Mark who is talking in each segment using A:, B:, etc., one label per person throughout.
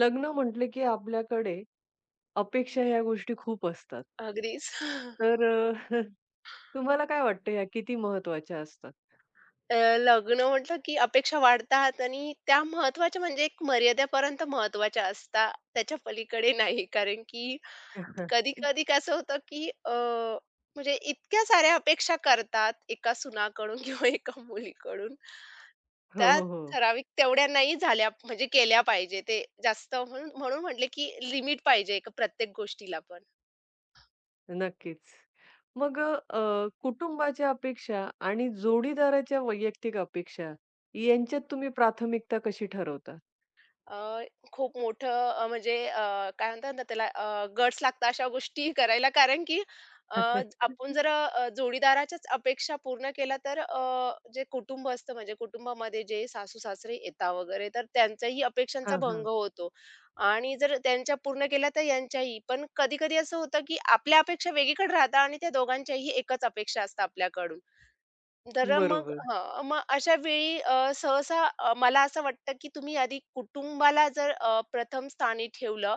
A: लग्न म्हटलं की आपल्याकडे अपेक्षा ह्या गोष्टी खूप असतात.
B: अगदीच.
A: तर तुम्हाला काय वाटतं ह्या किती महत्त्वाच्या असतात?
B: लग्न म्हटलं की अपेक्षा वाढतात आणि त्या महत्त्वाच्या म्हणजे एक मर्यादेपर्यंत महत्त्वाच्या असतात. त्याच्या पलीकडे नाही. कारण की कधी-कधी कसं होतं की म्हणजे इतक्या साऱ्या अपेक्षा करतात एका सुनाकडून किंवा एका मुलीकडून.
A: हो,
B: त्या
A: हो, हो.
B: ठराविक तेवढ्या नाही झाल्या म्हणजे केल्या पाहिजे. ते जास्त म्हणून म्हणून म्हटले की लिमिट पाहिजे एका प्रत्येक गोष्टीला पण.
A: नक्कीच. मग कुटुंबाच्या अपेक्षा आणि जोडीदाराच्या वैयक्तिक अपेक्षा यांच्यात तुम्ही प्राथमिकता कशी ठरवता?
B: अ, खूप मोठं म्हणजे काय म्हणतात ना त्याला गट्स लागतात अशा गोष्टी करायला. कारण की अ, आपण जर जोडीदाराच्याच अपेक्षा पूर्ण केल्या तर जे कुटुंब असतं म्हणजे कुटुंबामध्ये जे सासू-सासरे येतात वगैरे तर त्यांच्याही अपेक्षांचा
A: हां,
B: भंग
A: हां.
B: होतो आणि जर त्यांच्या पूर्ण केल्या तर यांच्याही. पण कधी-कधी असं होतं की आपल्या अपेक्षा वेगळीकडे राहतात आणि त्या दोघांच्याही एकच अपेक्षा असतात आपल्याकडून. तर मग
A: बरोबर.
B: हां, मग अशा वेळी सहसा मला असं वाटतं, की तुम्ही आधी कुटुंबाला जर प्रथम स्थानी ठेवलं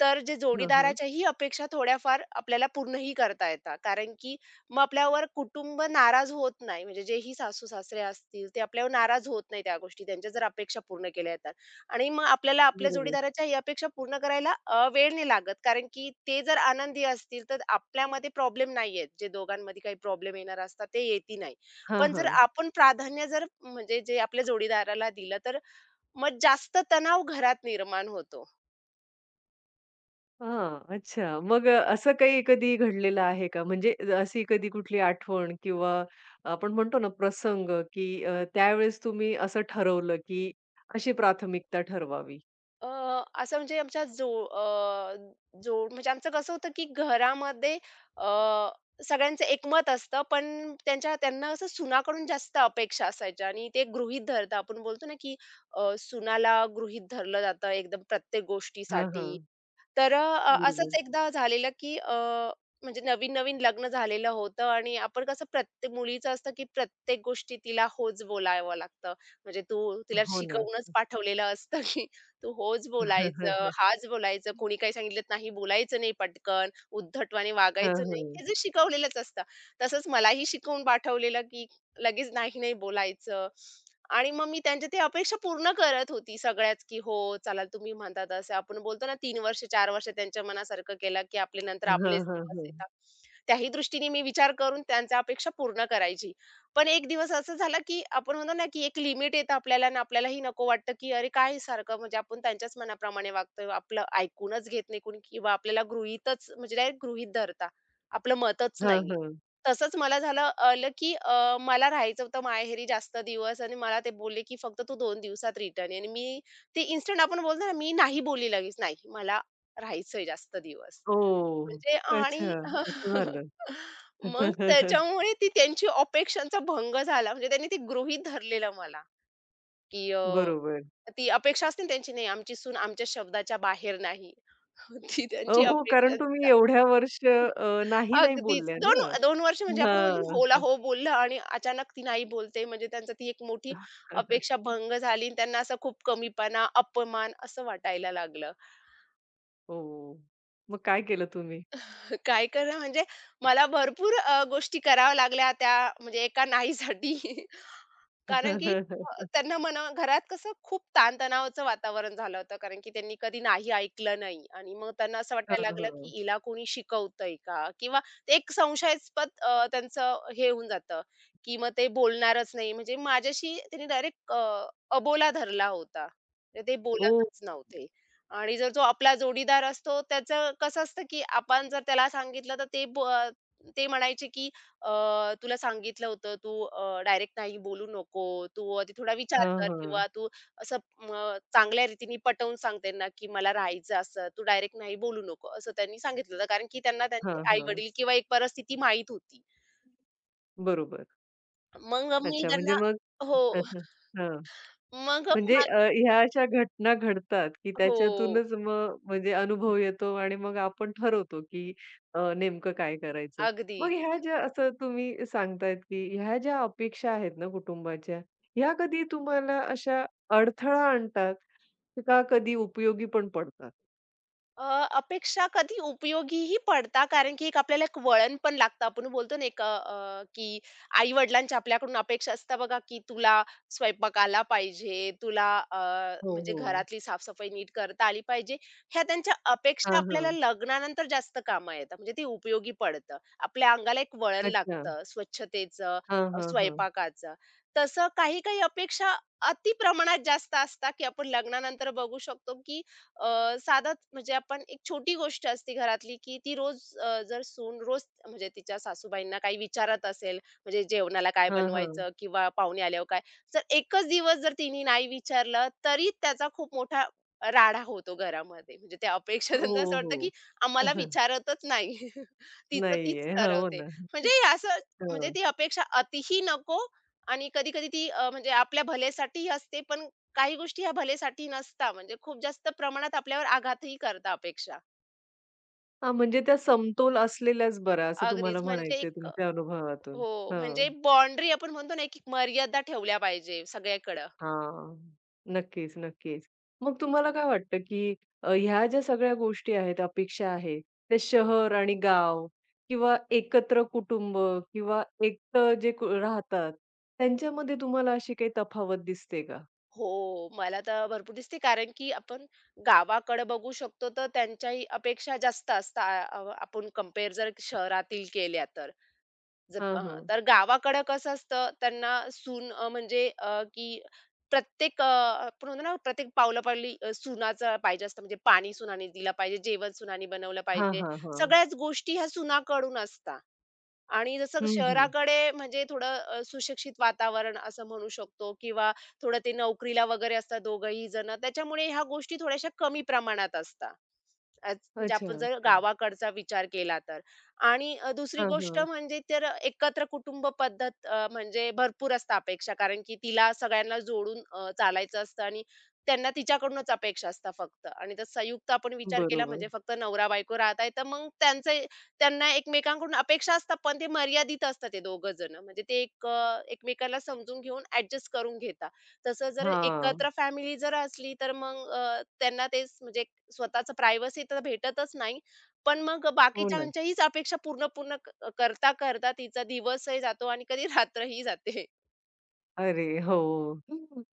B: तर जे
A: हां, हां.
B: जोडीदाराच्याही अपेक्षा थोड्याफार आपल्याला पूर्णही करता येतात. कारण की मग आपल्यावर कुटुंब नाराज होत नाही. म्हणजे जेही सासू-सासरे असतील, ते आपल्यावर नाराज होत नाही त्या गोष्टी. त्यांच्या जर अपेक्षा पूर्ण केल्या जातात आणि मग आपल्याला आपल्या
A: बरोबर.
B: जोडीदाराच्या ही अपेक्षा पूर्ण करायला वेळ नाही लागत. कारण की ते जर आनंदी असतील, तर आपल्यामध्ये प्रॉब्लेम नाही आहेत. जे दोघांमध्ये काही प्रॉब्लेम येणार असतात, ते येतही नाही.
A: हां,
B: पण जर
A: हां.
B: आपण प्राधान्य जर म्हणजे जे आपल्या जोडीदाराला दिलं, तर मग जास्त तणाव घरात निर्माण होतो.
A: हां, अच्छा. मग असं काही कधी घडलेलं आहे का? म्हणजे अशी कधी कुठली आठवण किंवा आपण म्हणतो ना प्रसंग, की त्यावेळेस तुम्ही असं ठरवलं, की अशी प्राथमिकता ठरवावी?
B: अ, असं म्हणजे आमच्या जो अ, जोड म्हणजे आमचं कसं होतं, की घरामध्ये अ, सगळ्यांचं एकमत असतं, पण त्यांच्या त्यांना असं सुनाकडून जास्त अपेक्षा असायच्या आणि ते गृहीत धरतात. आपण बोलतो ना, की सुनाला गृहीत धरलं जातं एकदम प्रत्येक
A: हां, हां.
B: गोष्टीसाठी. तर
A: बरोबर.
B: असंच एकदा झालेलं, की म्हणजे नवीन-नवीन लग्न झालेलं होतं आणि आपण कसं प्रत्येक मुलीचं असतं, की प्रत्येक गोष्टी तिला होच बोलावं लागतं. म्हणजे तू तिला
A: हो ना.
B: शिकवूनच पाठवलेलं असतं, की तू होच बोलायचं, हाच बोलायचं, कोणी काही सांगितलं तर नाही बोलायचं नाही पटकन, उद्धटवाने
A: हां,
B: वागायचं नाही,
A: हां.
B: हे जे शिकवलेलंच असतं. तसंच मलाही शिकवून पाठवलेलं, की लगेच नाही-नाही बोलायचं. आणि मग मी त्यांच्या ती अपेक्षा पूर्ण करत होती सगळ्याच, की हो, चला तुम्ही म्हणता तसं. आपण बोलतो ना 3 वर्ष, 4 वर्ष त्यांच्या मनासारखं केलं, की आपले नंतर
A: हां,
B: आपलेच
A: हां,
B: दिवस
A: हां.
B: येतात. त्याही दृष्टीने मी विचार करून त्यांच्या अपेक्षा पूर्ण करायची. पण एक दिवस असं झालं, की आपण म्हणतो ना, की एक लिमिट येतं आपल्याला आणि आपल्यालाही नको वाटतं, की अरे काय सारखं म्हणजे आपण त्यांच्याच मनाप्रमाणे वागतोय. आपलं ऐकूनच घेत नाही कोणी किंवा आपल्याला गृहीतच म्हणजे डायरेक्ट गृहीत धरता. आपलं मतच
A: हां,
B: नाहीये.
A: हां.
B: तसंच मला झालं आलं, की मला राहायचं होतं माहेरी जास्त दिवस आणि मला ते बोलले, की "फक्त तू 2 दिवसात रिटर्न ये." आणि मी ते इन्स्टंट आपण बोलतो ना, मी नाही बोलली लगेच, "नाही, मला राहायचंय जास्त दिवस."
A: ओह!
B: म्हणजे
A: अच्छा,
B: आणि
A: असं झालं.
B: मग त्याच्यामुळे ती त्यांची अपेक्षांचा भंग झाला. म्हणजे त्यांनी ते गृहीत धरलेलं मला. की
A: बरोबर.
B: ती अपेक्षा असते ना त्यांची, "नाही, आमची सून आमच्या शब्दाच्या बाहेर नाही." ती त्यांची
A: हो, कारण
B: अपेक्षा
A: तुम्ही
B: असतात.
A: एवढ्या वर्ष नाही, नाही
B: अगदीच.
A: बोलल्या
B: 2
A: ना.
B: 2 वर्ष म्हणजे आपण म्हणतो होला
A: हां.
B: हो बोललं आणि अचानक ती नाही बोलते, म्हणजे त्यांचा ती एक मोठी अपेक्षा भंग झाली आणि त्यांना असं खूप कमीपणा, अपमान असं वाटायला लागलं.
A: हो. मग काय केलं तुम्ही?
B: काय करणं म्हणजे मला भरपूर गोष्टी कराव्या लागल्या त्या म्हणजे एका नाहीसाठी. कारण की त्यांना म्हणा घरात कसं खूप ताणतणावाचं वातावरण झालं होतं. कारण की त्यांनी कधी नाही ऐकलं नाही आणि मग त्यांना असं
A: हां,
B: वाटायला लागलं, की
A: हां.
B: हिला कोणी शिकवतंय का? किंवा ते एक संशयास्पद त्यांचं हे होऊन जातं, की मग ते बोलणारच नाही. म्हणजे माझ्याशी त्यांनी डायरेक्ट अबोला धरला होता. तर ते
A: ओह!
B: बोलतच नव्हते. आणि जर जो आपला जोडीदार असतो त्याचं कसं असतं, की आपण जर त्याला सांगितलं तर ते म्हणायचे, की तुला सांगितलं होतं, तू डायरेक्ट नाही बोलू नको. तू आधी थोडा विचार
A: हां,
B: कर
A: हां.
B: किंवा तू असं चांगल्या रीतीने पटवून सांग त्यांना, की मला राहायचं असं. तू डायरेक्ट नाही बोलू नको, असं त्यांनी सांगितलं होतं. कारण की त्यांना त्यांचे
A: हां, हां.
B: आई-वडील किंवा एक परिस्थिती माहीत होती.
A: बरोबर.
B: मग मी
A: अच्छा
B: त्यांना
A: म्हणजे मग
B: हो.
A: हां.
B: मग
A: म्हणजे
B: मा-
A: ह्या अशा घटना घडतात, की
B: हो.
A: त्याच्यातूनच मग म्हणजे अनुभव येतो आणि मग आपण ठरवतो, की नेमकं काय करायचं.
B: अगदी.
A: मग ह्या ज्या असं तुम्ही सांगतायत, की ह्या ज्या अपेक्षा आहेत ना कुटुंबाच्या, ह्या कधी तुम्हाला अशा अडथळा आणतात, का कधी उपयोगी पण पडतात?
B: अ, अपेक्षा कधी उपयोगीही पडतात कारण की एक आपल्याला एक वळण पण लागतं. आपण बोलतो ना एक अ, अ, की आई-वडिलांच्या आपल्याकडून अपेक्षा असतात बघा, की तुला स्वयंपाक आला पाहिजे, तुला
A: हो,
B: म्हणजे
A: हो.
B: घरातली साफ-सफाई नीट करता आली पाहिजे. ह्या त्यांच्या अपेक्षा
A: हां,
B: आपल्याला
A: हां.
B: लग्नानंतर जास्त कामं येतात. म्हणजे ते उपयोगी पडतं. आपल्या अंगाला एक वळण
A: अच्छा.
B: लागतं स्वच्छतेचं,
A: हां, हां, हां.
B: स्वयंपाकाचं. तसं काही-काही अपेक्षा अति प्रमाणात जास्त असतात, की आपण लग्नानंतर बघू शकतो, की साधंच म्हणजे आपण एक छोटी गोष्ट असते घरातली, की ती रोज जर सून रोज म्हणजे तिच्या सासूबाईंना काही विचारत असेल, म्हणजे जेवणाला काय
A: हां, हां.
B: बनवायचं किंवा पाहुणे आल्यावर काय. जर एकच दिवस जर तिने नाही विचारलं, तरी त्याचा खूप मोठा राडा होतो घरामध्ये. म्हणजे त्या अपेक्षा त्यांना असं
A: हो,
B: वाटतं, की
A: हो.
B: आम्हाला विचारतच नाही. तिचं तीच
A: नाहीये. हां, हो
B: ठरवते.
A: ना.
B: म्हणजे हे असं म्हणजे
A: हां.
B: ती अपेक्षा अतिही नको आणि कधी-कधी ती म्हणजे आपल्या भल्यासाठीही असते, पण काही गोष्टी ह्या भलेसाठी नसता म्हणजे खूप जास्त प्रमाणात आपल्यावर आघातही करता अपेक्षा.
A: हां, म्हणजे त्या समतोल असलेल्याच बऱ्या असं
B: अगदीच
A: तुम्हाला
B: म्हणजे
A: म्हणायचंय
B: एक
A: तुमच्या अनुभवातून.
B: हो,
A: हं.
B: म्हणजे बाउंडरी आपण म्हणतो ना, एक एक मर्यादा ठेवल्या पाहिजे सगळ्याकडं.
A: हां. नक्कीच, नक्कीच. मग तुम्हाला काय वाटतं, की ह्या ज्या सगळ्या गोष्टी आहेत, अपेक्षा आहेत, ते शहर आणि गाव किंवा एकत्र कुटुंब किंवा एकटं जे क राहतात, त्यांच्यामध्ये तुम्हाला अशी काही तफावत दिसते का?
B: हो, मला तर भरपूर दिसते कारण की आपण गावाकडं बघू शकतो तर त्यांच्याही अपेक्षा जास्त असतात आपण कंपेअर जर शहरातील केल्या तर. जप
A: हां,
B: हां.
A: हां.
B: तर गावाकडं कसं असतं, त्यांना सून की प्रत्येक आपण म्हणतो ना, प्रत्येक पावला-पावली सुनाचं पाहिजे असतं. म्हणजे पाणी सुनाने दिलं पाहिजे, जेवण सुनाने बनवलं
A: हां,
B: पाहिजे.
A: हां, हां.
B: सगळ्याच गोष्टी ह्या सुनाकडून असतात. आणि जसं
A: हं, हं.
B: शहराकडे म्हणजे थोडं सुशिक्षित वातावरण असं म्हणू शकतो किंवा थोडं ते नोकरीला वगैरे असतात दोघंही जण. त्याच्यामुळे ह्या गोष्टी थोड्याशा कमी प्रमाणात असतात. आज म्हणजे
A: अच्छा,
B: आपण जर
A: अच्छा.
B: गावाकडचा विचार केला तर. आणि दुसरी
A: हां,
B: गोष्ट
A: हां.
B: म्हणजे तर एकत्र कुटुंब पद्धत म्हणजे भरपूर असतं अपेक्षा कारण की तिला सगळ्यांना जोडून चालायचं असतं आणि त्यांना तिच्याकडूनच अपेक्षा असतात फक्त आणि जर संयुक्त आपण विचार केला
A: बरोबर.
B: म्हणजे फक्त नवरा-बायको राहत आहे, तर मग त्यांचं त्यांना एकमेकांकडून अपेक्षा असतात, पण ते मर्यादित असतात ते दोघं जण. म्हणजे ते एक एकमेकाला समजून घेऊन ॲडजस्ट करून घेतात. तसं जर
A: हां.
B: एकत्र फॅमिली जर असली, तर मग त्यांना तेच म्हणजे स्वतःचं प्रायव्हसी तर भेटतच नाही. पण मग
A: हो ना.
B: बाकीच्यांच्याहीच अपेक्षा पूर्ण पूर्ण करता, करता तिचा दिवसही जातो आणि कधी रात्रही जाते.
A: अरे हो.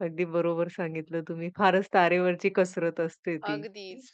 A: अगदी बरोबर सांगितलं तुम्ही. फारच तारेवरची कसरत असते ती.
B: अगदीच.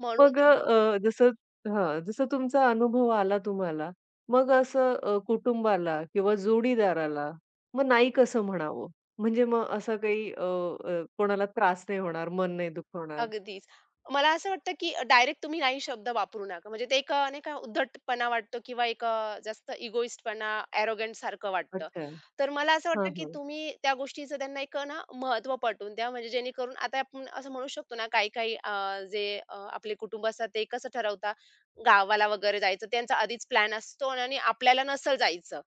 B: म्हणून
A: मग
B: तर
A: जसं हां, जसं तुमचा अनुभव आला तुम्हाला, मग असं कुटुंबाला किंवा जोडीदाराला मग नाही कसं म्हणावं? म्हणजे मग असं काही अ, अ, कोणाला त्रास नाही होणार, मन नाही दुखवणार.
B: अगदीच. मला असं वाटतं, की डायरेक्ट तुम्ही नाही शब्द वापरू नका. म्हणजे ते एक नाही का उद्धटपणा वाटतो किंवा एक जास्त इगोइस्टपणा, अरोगंट सारखं वाटतं.
A: अच्छा.
B: तर मला असं
A: हां,
B: वाटतं, की
A: हां.
B: तुम्ही त्या गोष्टीचं त्यांना एक ना महत्त्व पटवून द्या. म्हणजे जेणेकरून आता आपण असं म्हणू शकतो ना, काही-काही जे आपले कुटुंब असतात ते कसं ठरवतात, गावाला वगैरे जायचं त्यांचा आधीच प्लॅन असतो आणि आपल्याला नसेल जायचं.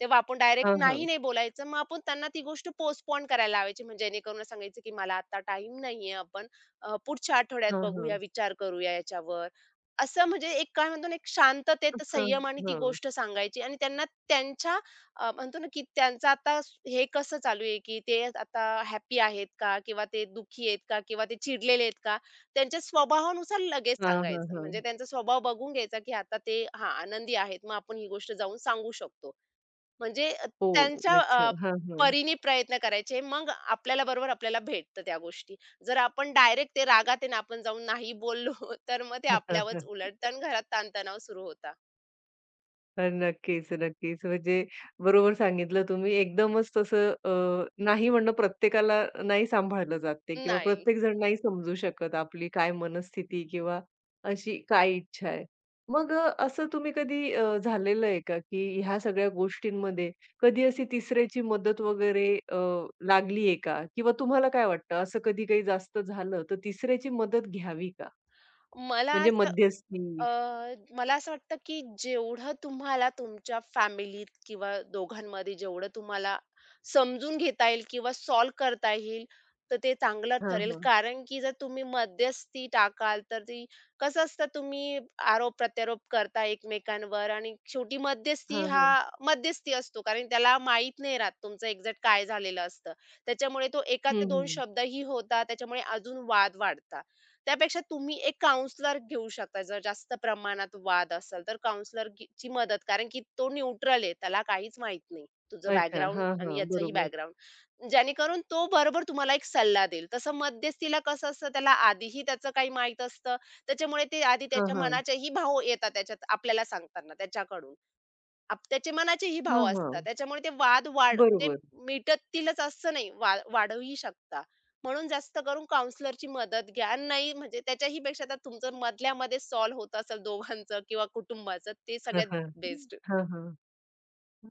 B: तेव्हा आपण डायरेक्ट
A: हां,
B: नाही,
A: हां.
B: नाही बोलायचं. मग आपण त्यांना ती गोष्ट पोस्टपोन करायला लावायची. म्हणजे जेणेकरून सांगायचं, की "मला आता टाईम नाहीये. आपण पुढच्या आठवड्यात
A: हां,
B: बघूया,
A: हां.
B: विचार करूया याच्यावर. असं म्हणजे एक काय म्हणतो ना, एक शांततेत,
A: हां,
B: संयमाने ती
A: हां.
B: गोष्ट सांगायची आणि त्यांना त्यांच्या म्हणतो ना, की त्यांचं आता हे कसं चालू आहे, की ते आता हॅपी आहेत का? किंवा ते दुःखी आहेत का? किंवा ते चिडलेले आहेत का? त्यांच्या स्वभावानुसार लगेच
A: हां, हां,
B: सांगायचं.
A: हां.
B: म्हणजे त्यांचा स्वभाव बघून घ्यायचा, की आता ते हां, आनंदी आहेत. मग आपण ही गोष्ट जाऊन सांगू शकतो. म्हणजे
A: हो.
B: त्यांच्या
A: अच्छा. हां,
B: परीने प्रयत्न करायचे. मग आपल्याला बरोबर आपल्याला भेटतं त्या गोष्टी. जर आपण डायरेक्ट ते रागात आहे ना, आपण जाऊन नाही बोललो, तर मग ते आपल्यावरच उलटतं आणि घरात ताणतणाव सुरू होता.
A: नक्कीच, नक्कीच. म्हणजे बरोबर सांगितलं तुम्ही. एकदमच तसं नाही म्हणणं प्रत्येकाला नाही सांभाळलं जात ते किंवा
B: नाही.
A: प्रत्येकजण नाही समजू शकत आपली काय मनस्थिती किंवा अशी काय इच्छा आहे. मग असं तुम्ही कधी झालेलं आहे का, की ह्या सगळ्या गोष्टींमध्ये कधी अशी तिसऱ्याची मदत वगैरे लागली आहे का? किंवा तुम्हाला काय वाटतं असं कधी काही जास्त झालं तर तिसऱ्याची मदत घ्यावी का?
B: मला
A: म्हणजे
B: असं
A: मध्यस्थी
B: अ, मला असं वाटतं, की जेवढं तुम्हाला तुमच्या फॅमिलीत किंवा दोघांमध्ये जेवढं तुम्हाला समजून घेता येईल किंवा सॉल्व्ह करता येईल, तर ते चांगलं
A: हां,
B: ठरेल.
A: हां.
B: कारण की जर तुम्ही मध्यस्थी टाकाल, तर ती कसं असतं तुम्ही आरोप-प्रत्यारोप करता एकमेकांवर आणि शेवटी
A: हां, हां.
B: मध्यस्थी असतो. कारण त्याला माहीत नाही राहत तुमचं एक्झॅक्ट काय झालेलं असतं. त्याच्यामुळे तो 1 ते
A: हं,
B: शब्दही होतात. त्याच्यामुळे अजून वाद वाढतात. त्यापेक्षा तुम्ही एक काउंसलर घेऊ शकता. जर जास्त प्रमाणात वाद असेल, तर काउंसलर ची मदत कारण की तो न्यूट्रल आहे. त्याला काहीच माहीत नाही. तुझं
A: अच्छा.
B: बॅकग्राऊंड
A: हां,
B: आणि
A: हां.
B: याचंही
A: बरोबर.
B: बॅकग्राऊंड. जेणेकरून तो बरोबर तुम्हाला एक सल्ला देईल. तसं मध्यस्थीला कसं असतं, त्याला आधीही त्याचं काही माहीत असतं. त्याच्यामुळे ते आधी
A: हां,
B: त्याच्या
A: हां.
B: मनाचेही भाव येतात त्याच्यात आपल्याला सांगताना त्याच्याकडून. त्याचे मनाचेही भाव
A: हां, हां.
B: असतात. त्याच्यामुळे ते वाद वाढ म्हणजे
A: बरोबर.
B: मिटतीलच असं नाही, वाढूही शकता. म्हणून जास्त करून काउंसलरची मदत घ्या. नाही म्हणजे त्याच्याही पेक्षा तर तुमचं मधल्यामध्ये सॉल्व्ह होत असेल दोघांचं किंवा कुटुंबाचं ते
A: हां,
B: सगळ्यात
A: हां.
B: बेस्ट.
A: हां, हां.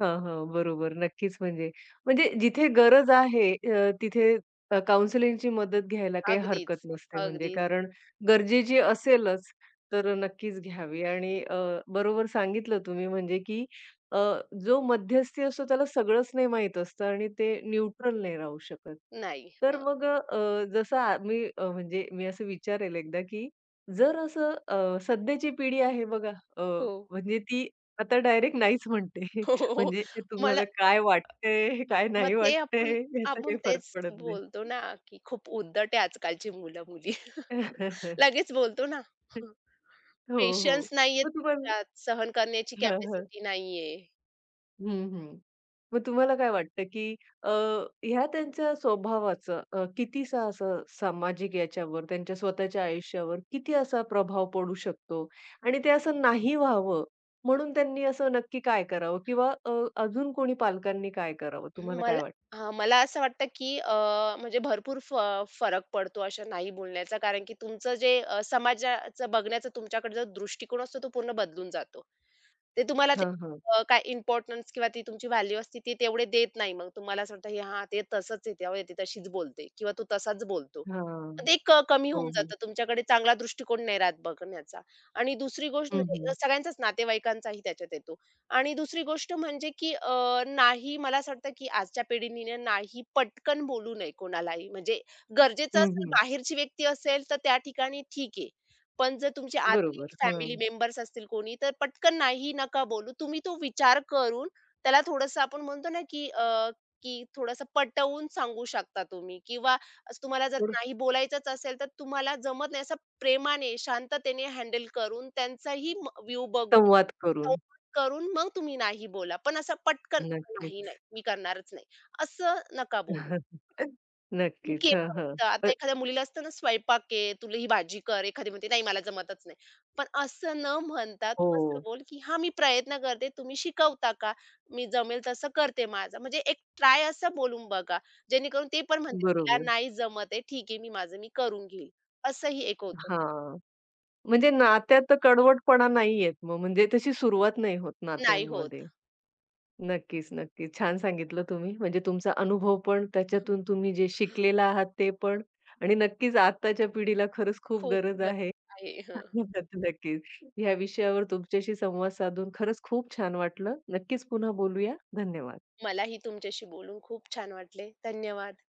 A: हां, हां. बरोबर. नक्कीच म्हणजे, म्हणजे जिथे गरज आहे तिथे काउन्सिलिंगची मदत घ्यायला काही
B: अगदीच,
A: हरकत नसते म्हणजे
B: अगदीच.
A: कारण गरजेची असेलच तर नक्कीच घ्यावी आणि बरोबर सांगितलं तुम्ही म्हणजे की अ, जो मध्यस्थी असतो त्याला सगळंच नाही माहीत असतं आणि ते न्यूट्रल नाही राहू शकत.
B: नाही.
A: तर
B: हां.
A: मग अ, जसं आ मी अ, म्हणजे मी असं विचारेल एकदा की जर असं सध्याची पिढी आहे बघा अ,
B: हो.
A: म्हणजे ती आता डायरेक्ट नाहीच म्हणते.
B: हो. हो.
A: म्हणजे ते
B: मला
A: तुम्हाला काय वाटतंय, काय
B: मग
A: नाही
B: ते आपण
A: वाटतंय याचा
B: आपण
A: काही फरक
B: तेच
A: पडत नाही.
B: बोलतो ना, की खूप उद्धट आहे आजकालची मुलं-मुली. लगेच बोलतो ना.
A: हो, हो.
B: पेशन्स नाहीये
A: मग तुम्हाला
B: त्यात, सहन करण्याची
A: हां, हां.
B: कॅपॅसिटी नाहीये.
A: हं, हं. मग तुम्हाला काय वाटतं, की अ, ह्या त्यांच्या स्वभावाचं कितीसा असं सामाजिक याच्यावर, त्यांच्या स्वतःच्या आयुष्यावर किती असा प्रभाव पडू शकतो? आणि ते असं नाही व्हावं म्हणून त्यांनी असं नक्की काय करावं? किंवा अजून कोणी पालकांनी काय करावं? तुम्हाला काय
B: मला
A: वाटतं?
B: हां, मला असं वाटतं, की म्हणजे भरपूर फरक पडतो अशा नाही बोलण्याचा. कारण की तुमचं जे समाजाचं बघण्याचा तुमच्याकडे जो दृष्टिकोन असतो, तो पूर्ण बदलून जातो. ते तुम्हाला ते
A: हां, हां.
B: काय इम्पोर्टन्स किंवा ती तुमची व्हॅल्यू असते, ती तेवढे देत नाही. मग तुम्हाला असं वाटतं, की "हां, ते तसंच आहे, त्यामुळे ती तशीच बोलते" किंवा "तो तसाच बोलतो."
A: हां.
B: ते एक कमी होऊन
A: हो, हो.
B: जातं. तुमच्याकडे चांगला दृष्टिकोन नाही राहत बघण्याचा. आणि दुसरी गोष्ट
A: हं,
B: म्हणजे
A: हं.
B: सगळ्यांचाच, नातेवाईकांचाही त्याच्यात येतो. आणि दुसरी गोष्ट म्हणजे की नाही मला असं वाटतं की आजच्या पिढीने नाही पटकन बोलू नये कोणालाही. म्हणजे गरजेचं असेल, बाहेरची व्यक्ती असेल तर त्या ठिकाणी ठीक आहे. पण जर तुमचे आतले
A: बरोबर.
B: फॅमिली
A: हं.
B: मेंबर्स असतील कोणी, तर पटकन नाही नका बोलू. तुम्ही तो विचार करून त्याला थोडंसं आपण म्हणतो ना की की थोडंसं पटवून सांगू शकता तुम्ही किंवा असं तुम्हाला जर
A: थोडं
B: नाही बोलायचंच असेल, तर तुम्हाला जमत नाही असं प्रेमाने, शांततेने हँडल करून त्यांचाही व्यू संवाद
A: संवाद करून.
B: करून मग तुम्ही नाही बोला. पण असं पटकन नाही, नाही,
A: नक्कीच.
B: मी करणारच नाही. असं नका बोलू. मी
A: नक्कीच.
B: केलं
A: हं, हं.
B: असतं. आता
A: अ,
B: एखाद्या मुलीला असतं ना, स्वयंपाक आहे, तुला ही भाजी कर. एखादी म्हणते, "नाही, मला जमतच नाही." पण असं न म्हणता तू असं
A: हो.
B: बोल, की "हां, मी प्रयत्न करते. तुम्ही शिकवता का? मी जमेल तसं करते माझं." म्हणजे एक ट्राय असं बोलून बघा, जेणेकरून ते पण म्हणतील, "तिला
A: बरोबर.
B: नाही जमत आहे. ठीक आहे, मी माझं मी करून घेईल." असंही एक होतं.
A: हां. म्हणजे नात्यात कडवटपणा नाही येत मग. म्हणजे तशी सुरुवात नाही होत
B: नाही होत.
A: नात्यांमध्ये. नक्कीच, नक्कीच. छान सांगितलं तुम्ही. म्हणजे तुमचा अनुभव पण, त्याच्यातून तुम्ही जे शिकलेला आहात ते पण आणि नक्कीच आत्ताच्या पिढीला खरंच खूप
B: खूप
A: गरज आहे.
B: गरज आहे.
A: नक्कीच. ह्या विषयावर तुमच्याशी संवाद साधून खरंच खूप छान वाटलं. नक्कीच पुन्हा बोलूया. धन्यवाद.
B: मलाही तुमच्याशी बोलून खूप छान वाटले. धन्यवाद.